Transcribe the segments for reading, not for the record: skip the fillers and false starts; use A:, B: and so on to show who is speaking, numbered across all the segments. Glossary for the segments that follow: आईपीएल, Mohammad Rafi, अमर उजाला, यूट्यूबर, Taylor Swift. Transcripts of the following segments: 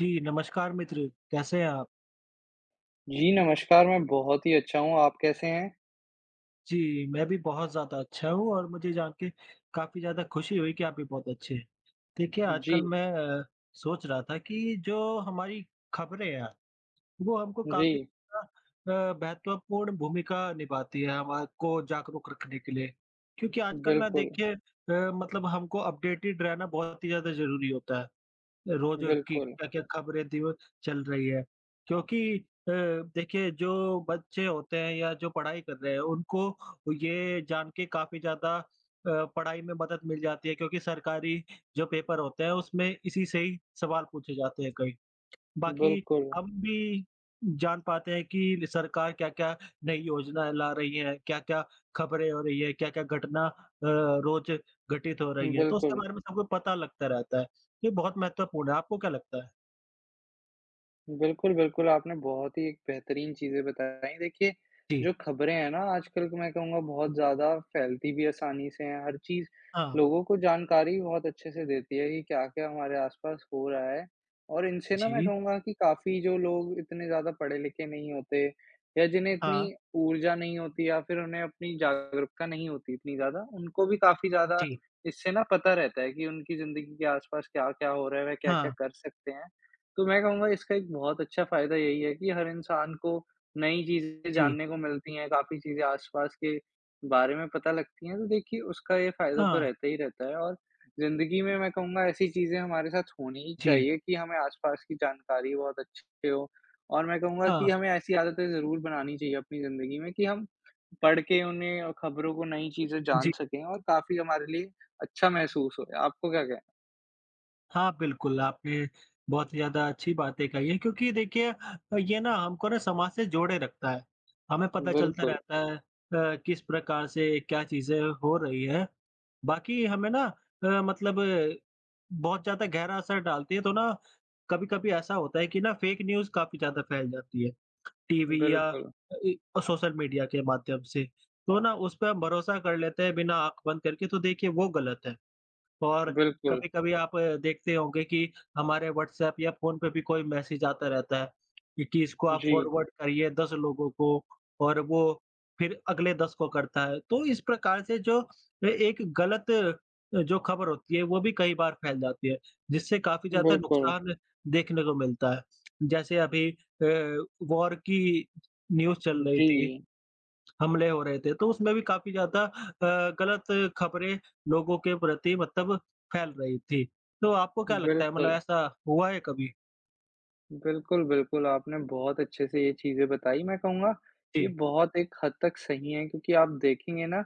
A: जी, नमस्कार मित्र, कैसे हैं आप?
B: जी, नमस्कार, मैं बहुत ही अच्छा हूँ, आप कैसे हैं?
A: जी, मैं भी बहुत ज़्यादा अच्छा हूँ और मुझे जान के काफ़ी ज़्यादा खुशी हुई कि आप भी बहुत अच्छे हैं। देखिए,
B: जी,
A: आजकल मैं सोच रहा था कि जो हमारी खबरें हैं, वो हमको
B: जी,
A: काफ़ी ज़्यादा महत्वपूर्ण भूमिका निभाती है हमारे को जागरूक रखने के लिए। क्योंकि आजकल ना
B: बिल्कुल,
A: देखिए मतलब हमको अपडेटेड रहना बहुत ही ज़्यादा ज़रूरी होता है। रोज़ की
B: बिल्कुल,
A: क्या-क्या खबरें दिव चल रही है। क्योंकि देखिए जो बच्चे होते हैं या जो पढ़ाई कर रहे हैं उनको ये जान के काफ़ी ज़्यादा पढ़ाई में मदद मिल जाती है क्योंकि सरकारी जो पेपर होते हैं उसमें इसी से ही सवाल पूछे जाते हैं कई। बाकी
B: बिल्कुल,
A: हम भी जान पाते हैं कि सरकार क्या-क्या नई योजनाएँ ला रही है, क्या-क्या खबरें हो रही है, क्या-क्या घटना रोज़ घटित हो रही है, तो उसके
B: बिल्कुल।
A: बारे में सबको पता लगता रहता है। ये बहुत महत्वपूर्ण है, आपको क्या लगता है?
B: बिल्कुल, बिल्कुल, आपने बहुत ही एक बेहतरीन चीज़ें बताई। देखिए,
A: जी,
B: जो ख़बरें हैं ना आजकल को, मैं कहूँगा बहुत ज़्यादा फैलती भी आसानी से हैं, हर चीज़
A: हाँ,
B: लोगों को जानकारी बहुत अच्छे से देती है कि क्या-क्या हमारे आस-पास हो रहा है। और इनसे ना मैं
A: जी,
B: कहूँगा कि काफ़ी जो लोग इतने ज़्यादा पढ़े-लिखे नहीं होते या जिन्हें इतनी
A: हाँ,
B: ऊर्जा नहीं होती या फिर उन्हें अपनी जागरूकता नहीं होती इतनी ज़्यादा, उनको भी काफ़ी ज़्यादा
A: जी,
B: इससे ना पता रहता है कि उनकी ज़िंदगी के आस-पास क्या-क्या हो रहा है, वह क्या-क्या
A: हाँ,
B: कर सकते हैं। तो मैं कहूँगा इसका एक बहुत अच्छा फ़ायदा यही है कि हर इंसान को नई चीज़ें
A: जी,
B: जानने को मिलती हैं, काफ़ी चीज़ें आस-पास के बारे में पता लगती हैं, तो देखिए उसका ये फ़ायदा तो
A: हाँ,
B: रहता ही रहता है और ज़िंदगी में मैं कहूँगा ऐसी चीज़ें हमारे साथ होनी ही
A: जी,
B: चाहिए कि हमें आस-पास की जानकारी बहुत अच्छी हो और मैं कहूँगा
A: हाँ,
B: कि हमें ऐसी आदतें ज़रूर बनानी चाहिए अपनी ज़िंदगी में कि हम पढ़ के उन्हें और ख़बरों को नई चीज़ें जान
A: जी।
B: सकें और काफ़ी हमारे लिए अच्छा महसूस होए। आपको क्या कहना
A: हाँ, बिल्कुल, आपने बहुत ही ज़्यादा अच्छी बातें कही हैं क्योंकि देखिए ये ना हमको ना समाज से जोड़े रखता है। हमें
B: है?
A: पता चलता जी।
B: बिल्कुल,
A: रहता है किस प्रकार से क्या चीज़ें हो रही हैं। बाकी हमें ना अ, मतलब अ, बहुत ज़्यादा गहरा असर डालती है तो ना कभी-कभी ऐसा होता है कि ना फ़ेक न्यूज़ काफ़ी ज़्यादा फैल जाती है, टीवी या
B: बिल्कुल,
A: इ सोशल मीडिया के माध्यम से। तो ना उस पे हम भरोसा कर लेते हैं बिना आँख बंद करके तो देखिए वो गलत है। और
B: बिल्कुल।
A: कभी-कभी आप देखते होंगे कि हमारे व्हाट्सएप या फ़ोन पे भी कोई मैसेज आता रहता है कि इसको आप
B: जी।
A: फॉरवर्ड करिए 10 लोगों को और वो फिर अगले 10 को करता है। तो इस प्रकार से जो ए एक गलत जो खबर होती है वो भी कई बार फैल जाती है, जिससे काफ़ी ज़्यादा
B: बिल्कुल।
A: नुकसान देखने को मिलता है। जैसे अभी वॉर की न्यूज़ चल रही थी
B: जी,
A: हमले हो रहे थे, तो उसमें भी काफ़ी ज़्यादा गलत खबरें लोगों के प्रति मतलब फैल रही थी। तो आपको क्या लगता है मतलब
B: बिल्कुल।
A: ऐसा हुआ है कभी?
B: बिल्कुल, बिल्कुल, आपने बहुत अच्छे से ये चीज़ें बताई। मैं कहूँगा ये
A: जी,
B: बहुत एक हद तक सही है क्योंकि आप देखेंगे ना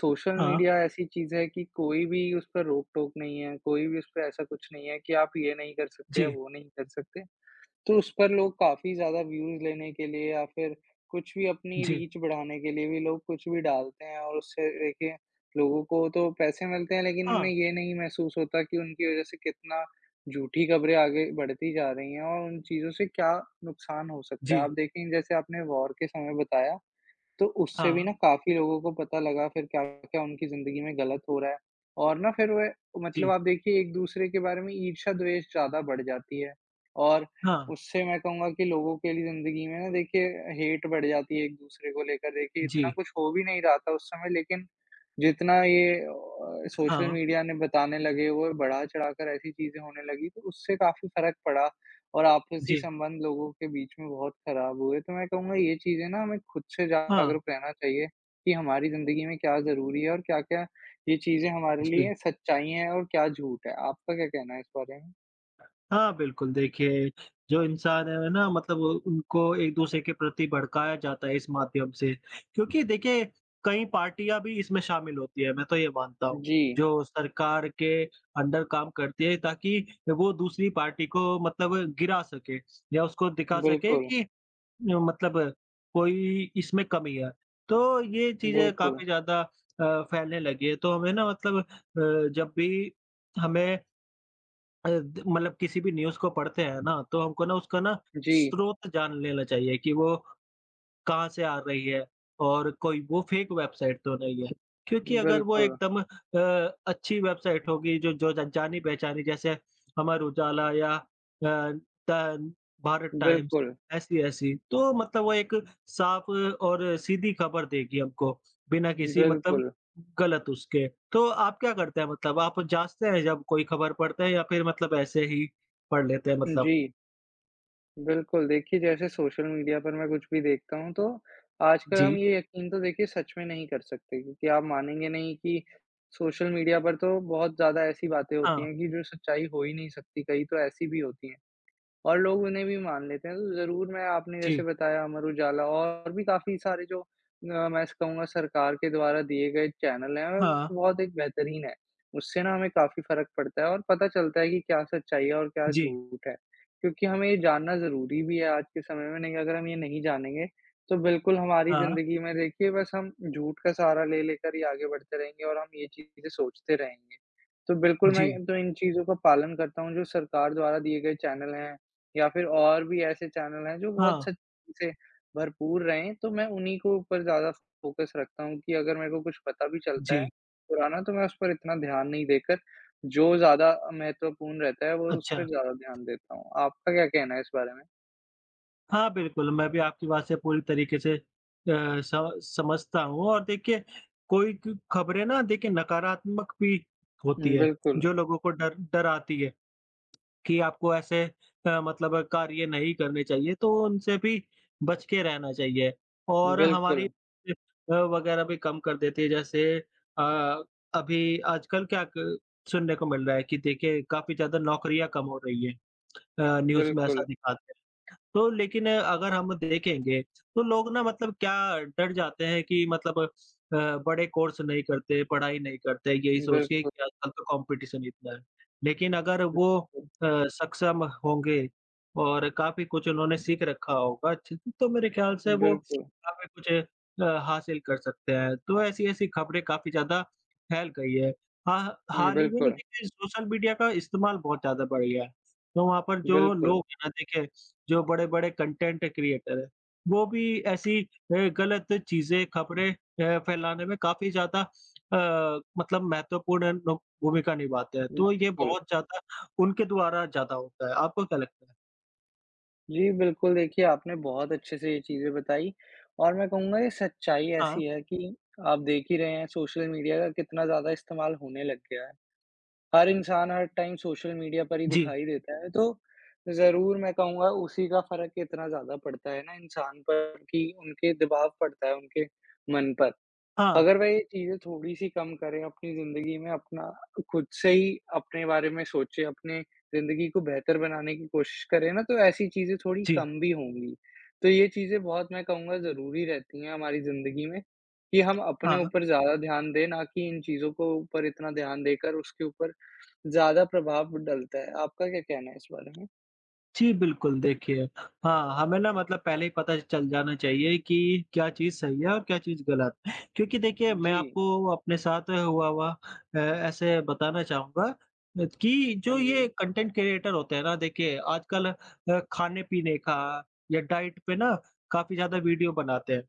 B: सोशल
A: हाँ,
B: मीडिया ऐसी चीज़ है कि कोई भी उस पर रोक-टोक नहीं है, कोई भी उस पे ऐसा कुछ नहीं है कि आप ये नहीं कर सकते या
A: जी,
B: वो नहीं कर सकते। तो उस पर लोग काफ़ी ज़्यादा व्यूज़ लेने के लिए या फिर कुछ भी अपनी
A: जी,
B: रीच बढ़ाने के लिए भी लोग कुछ भी डालते हैं और उससे देखिए लोगों को तो पैसे मिलते हैं लेकिन
A: हाँ,
B: उन्हें ये नहीं महसूस होता कि उनकी वज़ह से कितना झूठी खबरें आगे बढ़ती जा रही हैं और उन चीज़ों से क्या नुकसान हो सकता है। आप
A: जी,
B: देखें जैसे आपने वॉर के समय बताया तो उससे भी
A: हाँ,
B: ना काफ़ी लोगों को पता लगा फिर क्या-क्या उनकी ज़िंदगी में गलत हो रहा है और ना फिर वह मतलब
A: जी,
B: आप देखिए एक-दूसरे के बारे में ईर्ष्या-द्वेष ज़्यादा बढ़ जाती है और
A: हाँ,
B: उससे मैं कहूँगा कि लोगों के लिए ज़िंदगी में ना देखिए हेट बढ़ जाती है एक-दूसरे को लेकर। देखिए इतना
A: जी,
B: कुछ हो भी नहीं रहा था उस समय लेकिन जितना ये सोशल
A: हाँ,
B: मीडिया ने बताने लगे, वो बढ़ा-चढ़ाकर ऐसी चीज़ें होने लगी, तो उससे काफ़ी फ़र्क पड़ा और आपसी
A: जी,
B: संबंध लोगों के बीच में बहुत ख़राब हुए। तो मैं कहूँगा ये चीज़ें ना हमें खुद से
A: हाँ,
B: जागरूक रहना चाहिए कि हमारी ज़िंदगी में क्या ज़रूरी है और क्या-क्या ये चीज़ें हमारे
A: जी।
B: लिए सच्चाई हैं और क्या झूठ है। आपका क्या कहना है इस बारे में?
A: हाँ, बिल्कुल, देखिए जो इंसान है ना मतलब उनको एक-दूसरे के प्रति भड़काया जाता है इस माध्यम से, क्योंकि देखिए कई पार्टियाँ भी इसमें शामिल होती है, मैं तो ये मानता हूँ,
B: जी,
A: जो सरकार के अंडर काम करती है ताकि वो दूसरी पार्टी को मतलब गिरा सके या उसको दिखा सके
B: बिल्कुल,
A: कि मतलब कोई इसमें कमी है। तो ये चीज़ें
B: बिल्कुल।
A: काफ़ी ज़्यादा फैलने लगी है, तो हमें ना मतलब जब भी हमें अ, द मतलब किसी भी न्यूज़ को पढ़ते हैं ना, तो हमको ना उसका ना
B: जी,
A: स्रोत जान लेना चाहिए कि वो कहाँ से आ रही है और कोई वो फेक वेबसाइट तो नहीं है। क्योंकि अगर वो
B: बिल्कुल,
A: एकदम अच्छी वेबसाइट होगी जो जो ज जानी-पहचानी जैसे अमर उजाला या अ, द भारत टाइम्स
B: बिल्कुल,
A: ऐसी-ऐसी, तो मतलब वो एक साफ और सीधी खबर देगी हमको, बिना किसी मतलब
B: बिल्कुल।
A: गलत उसके। तो आप क्या करते हैं मतलब आप जाँचते हैं जब कोई खबर पढ़ते हैं या फिर मतलब ऐसे ही पढ़ लेते हैं मतलब?
B: जी। बिल्कुल, देखिए जैसे सोशल मीडिया पर मैं कुछ भी देखता हूँ तो आजकल
A: जी।
B: हम ये यकीन तो देखिए सच में नहीं कर सकते क्योंकि आप मानेंगे नहीं कि सोशल मीडिया पर तो बहुत ज़्यादा ऐसी बातें होती
A: हाँ,
B: हैं कि जो सच्चाई हो ही नहीं सकती, कई तो ऐसी भी होती हैं। और लोग उन्हें भी मान लेते हैं, तो ज़रूर मैं आपने जैसे
A: जी।
B: बताया अमर उजाला और भी काफ़ी सारे जो मैं ऐसे कहूँगा सरकार के द्वारा दिए गए चैनल हैं,
A: हाँ,
B: वो बहुत एक बेहतरीन है। उससे ना हमें काफ़ी फ़र्क पड़ता है और पता चलता है कि क्या सच्चाई है और क्या
A: जी।
B: झूठ है। क्योंकि हमें ये जानना ज़रूरी भी है आज के समय में, नहीं अगर हम ये नहीं जानेंगे, तो बिल्कुल हमारी
A: हाँ,
B: ज़िंदगी में देखिए बस हम झूठ का सहारा ले लेकर ही आगे बढ़ते रहेंगे और हम ये चीज़ें सोचते रहेंगे। तो बिल्कुल
A: जी।
B: मैं तो इन चीज़ों का पालन करता हूँ जो सरकार द्वारा दिए गए चैनल हैं या फिर और भी ऐसे चैनल हैं जो
A: हाँ,
B: बहुत सच्चाई से भरपूर रहें, तो मैं उन्हीं के ऊपर ज़्यादा फ़ोकस रखता हूँ कि अगर मेरे को कुछ पता भी चलता है
A: जी,
B: पुराना, तो मैं उस पर इतना ध्यान नहीं देकर जो ज़्यादा महत्वपूर्ण रहता है, वो उस
A: अच्छा।
B: पर ज़्यादा ध्यान देता हूँ। आपका क्या कहना है इस बारे में?
A: हाँ, बिल्कुल, मैं भी आपकी बात से पूरी तरीके से अ, स समझता हूँ और देखिए, कोई क खबरें ना देखिए नकारात्मक भी होती
B: हुँ,
A: है,
B: बिल्कुल,
A: जो लोगों को डर डराती है कि आपको ऐसे मतलब कार्य नहीं करने चाहिए, तो उनसे भी बच के रहना चाहिए और
B: बिल्कुल,
A: हमारी वगैरह भी कम कर देती है। जैसे अ, अभी आजकल क्या क सुनने को मिल रहा है कि देखिए काफ़ी ज़्यादा नौकरियाँ कम हो रही हैं। न्यूज़ में ऐसा
B: बिल्कुल,
A: दिखाते हैं। तो लेकिन अगर हम देखेंगे, तो लोग ना मतलब क्या डर जाते हैं कि मतलब अ, बड़े कोर्स नहीं करते, पढ़ाई नहीं करते, यही सोच के
B: बिल्कुल,
A: कि आजकल तो कॉम्पिटिशन इतना है। लेकिन अगर वो
B: बिल्कुल,
A: सक्षम होंगे और काफ़ी कुछ उन्होंने सीख रखा होगा अच्छे से, तो मेरे ख्याल से वो
B: बिल्कुल,
A: काफ़ी कुछ हासिल कर सकते हैं। तो ऐसी-ऐसी खबरें काफ़ी ज़्यादा फैल गई है। हाँ,
B: हुँ,
A: हाल ही में ना
B: बिल्कुल,
A: देखिए सोशल मीडिया का इस्तेमाल बहुत ज़्यादा बढ़ गया है। तो वहाँ पर जो
B: बिल्कुल,
A: लोग हैं ना देखिए जो बड़े-बड़े कंटेंट क्रिएटर हैं, वो भी ऐसी गलत चीज़ें, खबरें फैलाने में काफ़ी ज़्यादा मतलब महत्वपूर्ण नो भूमिका निभाते हैं। तो ये
B: बिल्कुल।
A: बहुत ज़्यादा उनके द्वारा ज़्यादा होता है। आपको क्या लगता है?
B: जी, बिल्कुल देखिए आपने बहुत अच्छे से ये चीज़ें बताई और मैं कहूँगा ये सच्चाई
A: हाँ।
B: ऐसी है कि आप देख ही रहे हैं सोशल मीडिया का कितना ज़्यादा इस्तेमाल होने लग गया है। हर इंसान हर टाइम सोशल मीडिया पर ही
A: जी।
B: दिखाई देता है, तो ज़रूर मैं कहूँगा उसी का फ़र्क इतना ज़्यादा पड़ता है ना इंसान पर कि उनके दबाव पड़ता है उनके मन पर।
A: हाँ।
B: अगर वह ये चीज़ें थोड़ी-सी कम करें अपनी ज़िंदगी में, अपना खुद से ही अपने बारे में सोचें, अपने ज़िंदगी को बेहतर बनाने की कोशिश करें ना, तो ऐसी चीज़ें थोड़ी
A: जी।
B: कम भी होंगी। तो ये चीज़ें बहुत मैं कहूँगा ज़रूरी रहती हैं हमारी ज़िंदगी में, कि हम अपने
A: हाँ।
B: ऊपर ज़्यादा ध्यान दें, ना कि इन चीज़ों को ऊपर इतना ध्यान देकर उसके ऊपर ज़्यादा प्रभाव डलता है। आपका क्या कहना है इस बारे में?
A: जी, बिल्कुल, देखिए हाँ, हमें ना मतलब पहले ही पता चल जाना चाहिए कि क्या चीज़ सही है और क्या चीज़ गलत। क्योंकि देखिए मैं
B: जी।
A: आपको अपने साथ हुआ हुआ ऐसे बताना चाहूँगा कि
B: हाँ
A: जो
B: जी।
A: ये कंटेंट क्रिएटर होते हैं ना, देखिए आजकल खाने-पीने का या डाइट पे ना काफ़ी ज़्यादा वीडियो बनाते हैं।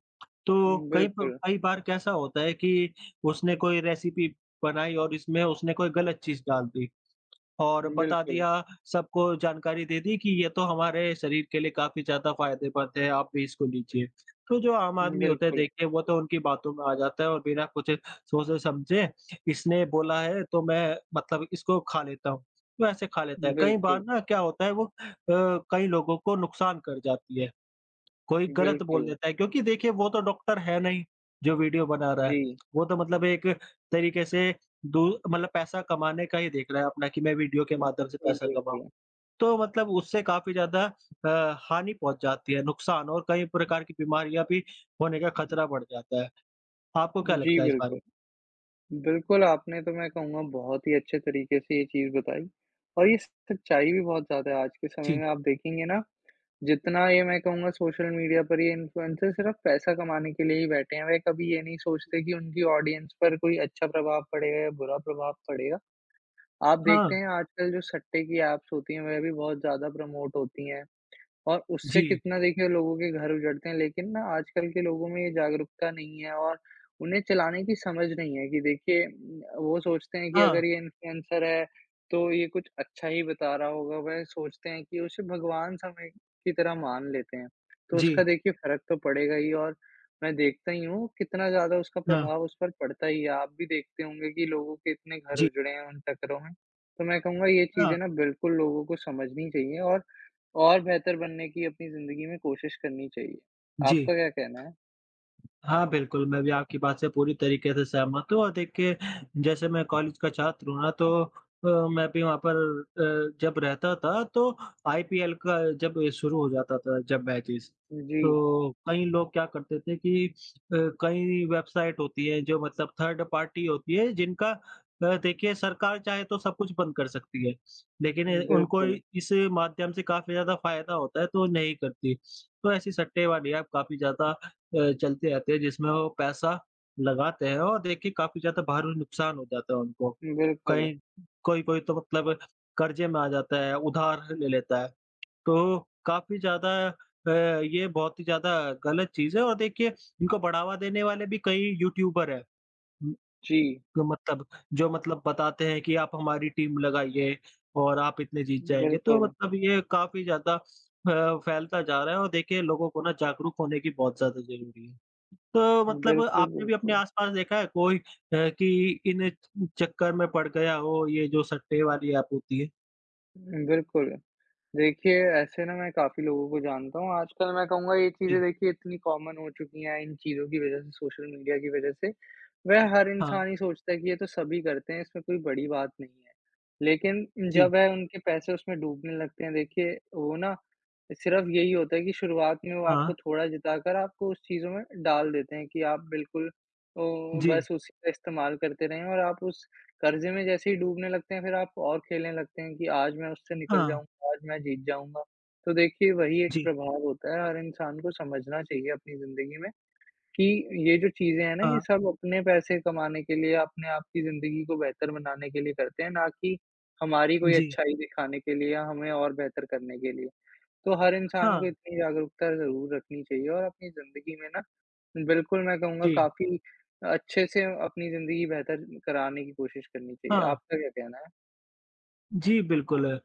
A: तो
B: बिल्कुल,
A: कई बार कैसा होता है कि उसने कोई रेसिपी बनाई और इसमें उसने कोई गलत चीज़ डाल दी। और बता
B: बिल्कुल,
A: दिया, सबको जानकारी दे दी कि ये तो हमारे शरीर के लिए काफ़ी ज़्यादा फ़ायदेमंद है, आप भी इसको लीजिए। तो जो आम आदमी होता है
B: बिल्कुल,
A: देखिए वो तो उनकी बातों में आ जाता है और बिना कुछ सोचे-समझे इसने बोला है तो मैं मतलब इसको खा लेता हूँ। तो ऐसे खा लेता
B: बिल्कुल,
A: है। कई बार
B: बिल्कुल,
A: ना क्या होता है वो कई लोगों को नुकसान कर जाती है। कोई गलत बोल
B: बिल्कुल।
A: देता है क्योंकि देखिए वो तो डॉक्टर है नहीं, जो वीडियो बना रहा है।
B: जी।
A: वो तो मतलब एक तरीके से दू मतलब पैसा कमाने का ही देख रहा है अपना कि मैं वीडियो के माध्यम से
B: बिल्कुल,
A: पैसा कमाऊँ।
B: बिल्कुल।
A: तो मतलब उससे काफ़ी ज़्यादा अ, हानि पहुँच जाती है, नुकसान और कई प्रकार की बीमारियाँ भी होने का खतरा बढ़ जाता है। आपको क्या
B: जी,
A: लगता है इस बारे
B: बिल्कुल।
A: में?
B: बिल्कुल, आपने तो मैं कहूँगा बहुत ही अच्छे तरीके से ये चीज़ बताई और ये सच्चाई भी बहुत ज़्यादा है आज के समय
A: जी।
B: में आप देखेंगे ना, जितना ये मैं कहूँगा सोशल मीडिया पर ये इन्फ्लुएंसर सिर्फ़ पैसा कमाने के लिए ही बैठे हैं, वे कभी ये नहीं सोचते कि उनकी ऑडियंस पर कोई अच्छा प्रभाव पड़ेगा या बुरा प्रभाव पड़ेगा। आप
A: हाँ।
B: देखते हैं आजकल जो सट्टे की ऐप्स होती हैं, वह भी बहुत ज़्यादा प्रमोट होती हैं। और उससे
A: जी।
B: कितना देखिए लोगों के घर उजड़ते हैं, लेकिन ना आजकल के लोगों में ये जागरूकता नहीं है और उन्हें चलाने की समझ नहीं है कि देखिए वो सोचते हैं कि
A: हाँ।
B: अगर ये इन्फ्लुएंसर है, तो ये कुछ अच्छा ही बता रहा होगा। वह सोचते हैं कि उसे भगवान समय की तरह मान लेते हैं। तो
A: जी।
B: उसका देखिए फ़र्क तो पड़ेगा ही और मैं देखता ही हूँ कितना ज़्यादा उसका
A: हाँ।
B: प्रभाव उस पर पड़ता ही है। आप भी देखते होंगे कि लोगों के इतने घर
A: जी।
B: उजड़े हैं उन टकरों में। तो मैं कहूँगा ये
A: हाँ।
B: चीज़ें ना बिल्कुल लोगों को समझनी चाहिए और बेहतर बनने की अपनी ज़िंदगी में कोशिश करनी चाहिए।
A: जी।
B: आपका क्या कहना है?
A: हाँ, बिल्कुल, मैं भी आपकी बात से पूरी तरीके से सहमत हूँ और देखिए जैसे मैं कॉलेज का छात्र हूँ ना तो मैं भी वहाँ पर जब रहता था तो आईपीएल का जब शुरू हो जाता था जब मैचेस,
B: जी,
A: तो कई लोग क्या करते थे कि कई वेबसाइट होती है जो मतलब थर्ड पार्टी होती है जिनका देखिए सरकार चाहे तो सब कुछ बंद कर सकती है, लेकिन उनको
B: बिल्कुल,
A: इस माध्यम से काफ़ी ज़्यादा फ़ायदा होता है तो नहीं करती। तो ऐसी सट्टेबाज़ी आप काफ़ी ज़्यादा चलते रहते हैं जिसमें वो पैसा लगाते हैं और देखिए काफ़ी ज़्यादा भारी नुकसान हो जाता है उनको।
B: बिल्कुल।
A: कहीं कोई-कोई तो मतलब कर्ज़े में आ जाता है, उधार ले लेता है। तो काफ़ी ज़्यादा ये बहुत ही ज़्यादा गलत चीज़ है और देखिए इनको बढ़ावा देने वाले भी कई यूट्यूबर हैं।
B: जी,
A: जो मतलब जो मतलब बताते हैं कि आप हमारी टीम लगाइए और आप इतने जीत जाएँगे। तो
B: बिल्कुल,
A: मतलब ये काफ़ी ज़्यादा फैलता जा रहा है और देखिए लोगों को ना जागरूक होने की बहुत ज़्यादा ज़रूरी है। तो मतलब
B: बिल्कुल,
A: आपने भी अपने
B: बिल्कुल।
A: आस-पास देखा है कोई कि इन चक्कर में पड़ गया हो ये जो सट्टे वाली ऐप होती है?
B: बिल्कुल। देखिए, ऐसे ना मैं काफ़ी लोगों को जानता हूँ। आजकल मैं कहूँगा ये चीज़ें
A: जी,
B: देखिए इतनी कॉमन हो चुकी हैं इन चीज़ों की वज़ह से, सोशल मीडिया की वज़ह से। वह हर
A: हाँ,
B: इंसान ही सोचता है कि ये तो सभी करते हैं, इसमें कोई बड़ी बात नहीं है। लेकिन
A: जी,
B: जब है उनके पैसे उसमें डूबने लगते हैं, देखिए वो ना सिर्फ़ यही होता है कि शुरुआत में वो
A: हाँ,
B: आपको थोड़ा जिताकर आपको उस चीज़ों में डाल देते हैं कि आप बिल्कुल ओ,
A: जी,
B: बस उसी का इस्तेमाल करते रहें और आप उस कर्ज़े में जैसे ही डूबने लगते हैं, फिर आप और खेलने लगते हैं कि आज मैं उससे निकल
A: हाँ,
B: जाऊँगा, आज मैं जीत जाऊँगा। तो देखिए, वही एक
A: जी,
B: प्रभाव होता है, हर इंसान को समझना चाहिए अपनी ज़िंदगी में कि ये जो चीज़ें हैं ना, ये
A: हाँ,
B: सब अपने पैसे कमाने के लिए, अपने आप की ज़िंदगी को बेहतर बनाने के लिए करते हैं, ना कि हमारी कोई
A: जी,
B: अच्छाई दिखाने के लिए या हमें और बेहतर करने के लिए। तो हर इंसान
A: हाँ,
B: को इतनी जागरूकता ज़रूर रखनी चाहिए और अपनी ज़िंदगी में ना बिल्कुल, मैं कहूँगा
A: जी,
B: काफ़ी अच्छे से अपनी ज़िंदगी बेहतर कराने की कोशिश करनी चाहिए।
A: हाँ।
B: आपका क्या कहना है?
A: जी, बिल्कुल।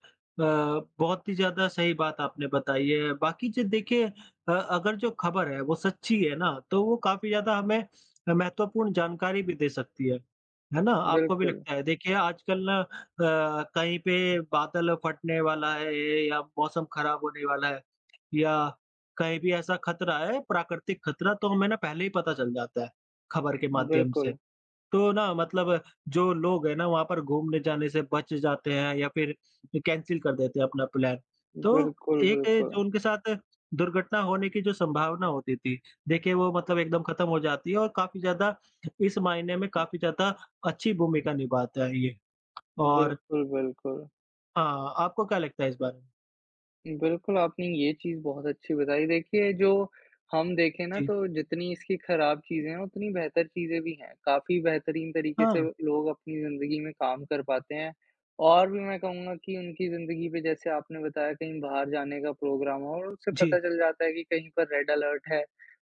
A: बहुत ही ज़्यादा सही बात आपने बताई है। बाकी जो देखिए अगर जो खबर है वो सच्ची है ना, तो वो काफ़ी ज़्यादा हमें महत्वपूर्ण जानकारी भी दे सकती है। है ना? आपको भी
B: बिल्कुल,
A: लगता है? देखिए आजकल ना कहीं पे बादल फटने वाला है या मौसम खराब होने वाला है या कहीं भी ऐसा खतरा है, प्राकृतिक खतरा तो हमें ना पहले ही पता चल जाता है, खबर के माध्यम से।
B: बिल्कुल,
A: तो ना मतलब जो लोग हैं ना वहाँ पर घूमने जाने से बच जाते हैं या फिर कैंसल कर देते हैं अपना प्लान। तो
B: बिल्कुल,
A: एक
B: बिल्कुल।
A: जो उनके साथ दुर्घटना होने की जो संभावना होती थी, देखिए वो मतलब एकदम खत्म हो जाती है और काफ़ी ज़्यादा इस मायने में काफ़ी ज़्यादा अच्छी भूमिका निभाता है ये। और
B: बिल्कुल, बिल्कुल।
A: हाँ, आपको क्या लगता है इस बारे में?
B: बिल्कुल, आपने ये चीज़ बहुत अच्छी बताई। देखिए, जो हम देखें ना
A: जी।
B: तो जितनी इसकी खराब चीज़ें हैं, उतनी बेहतर चीज़ें भी हैं। काफ़ी बेहतरीन तरीके से
A: हाँ।
B: लोग अपनी ज़िंदगी में काम कर पाते हैं और भी मैं कहूँगा कि उनकी ज़िंदगी पे जैसे आपने बताया कहीं बाहर जाने का प्रोग्राम हो और उससे पता
A: जी,
B: चल जाता है कि कहीं पर रेड अलर्ट है,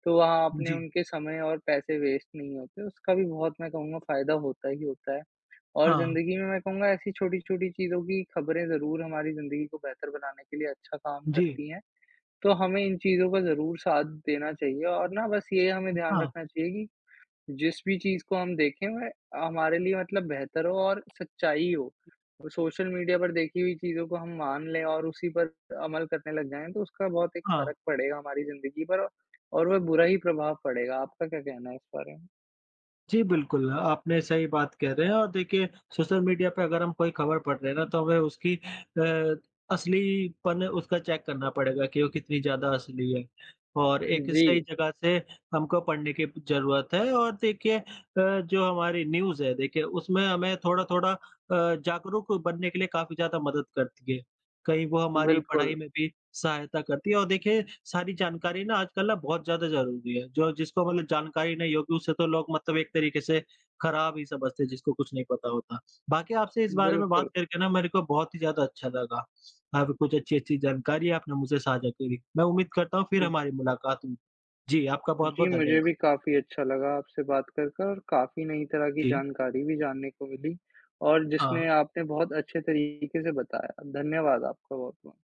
B: तो वहाँ अपने
A: जी।
B: उनके समय और पैसे वेस्ट नहीं होते। उसका भी बहुत मैं कहूँगा फ़ायदा होता ही होता है। और
A: हाँ।
B: ज़िंदगी में मैं कहूँगा ऐसी छोटी-छोटी चीज़ों की खबरें ज़रूर हमारी ज़िंदगी को बेहतर बनाने के लिए अच्छा काम
A: जी।
B: करती हैं। तो हमें इन चीज़ों का ज़रूर साथ देना चाहिए और ना बस ये हमें ध्यान
A: हाँ,
B: रखना चाहिए कि जिस भी चीज़ को हम देखें वह हमारे लिए मतलब बेहतर हो और सच्चाई हो। सोशल मीडिया पर देखी हुई चीज़ों को हम मान लें और उसी पर अमल करने लग जाएँ तो उसका बहुत एक
A: हाँ।
B: फ़र्क पड़ेगा हमारी ज़िंदगी पर और वह बुरा ही प्रभाव पड़ेगा। आपका क्या कहना है इस बारे में?
A: जी, बिल्कुल, आपने सही बात कह रहे हैं और देखिए सोशल मीडिया पे अगर हम कोई खबर पढ़ रहे हैं ना तो हमें उसकी असलीपन उसका चेक करना पड़ेगा कि वो कितनी ज़्यादा असली है और एक सही
B: जी,
A: जगह से हमको पढ़ने की ज़रूरत है और देखिए जो हमारी न्यूज़ है देखिए उसमें हमें थोड़ा-थोड़ा जागरूक बनने के लिए काफ़ी ज़्यादा मदद करती है। कहीं वो हमारी पढ़ाई
B: बिल्कुल,
A: में भी सहायता करती है और देखिए सारी जानकारी ना आजकल ना बहुत ज़्यादा ज़रूरी है। जो जिसको मतलब जानकारी नहीं होगी उसे तो लोग मतलब एक तरीके से खराब ही समझते हैं जिसको कुछ नहीं पता होता। बाकी आपसे इस बारे में बात
B: बिल्कुल।
A: करके ना मेरे को बहुत ही ज़्यादा अच्छा लगा। आप कुछ अच्छी-अच्छी जानकारी आपने मुझसे साझा करी। मैं उम्मीद करता हूँ फिर हमारी मुलाकात हुई। जी, आपका
B: जी,
A: बहुत-बहुत
B: मुझे
A: धन्यवाद।
B: भी काफ़ी अच्छा लगा आपसे बात कर कर और काफ़ी नई तरह की
A: जी,
B: जानकारी भी जानने को मिली और जिसने
A: हाँ।
B: आपने बहुत अच्छे तरीके से बताया। धन्यवाद आपका बहुत-बहुत।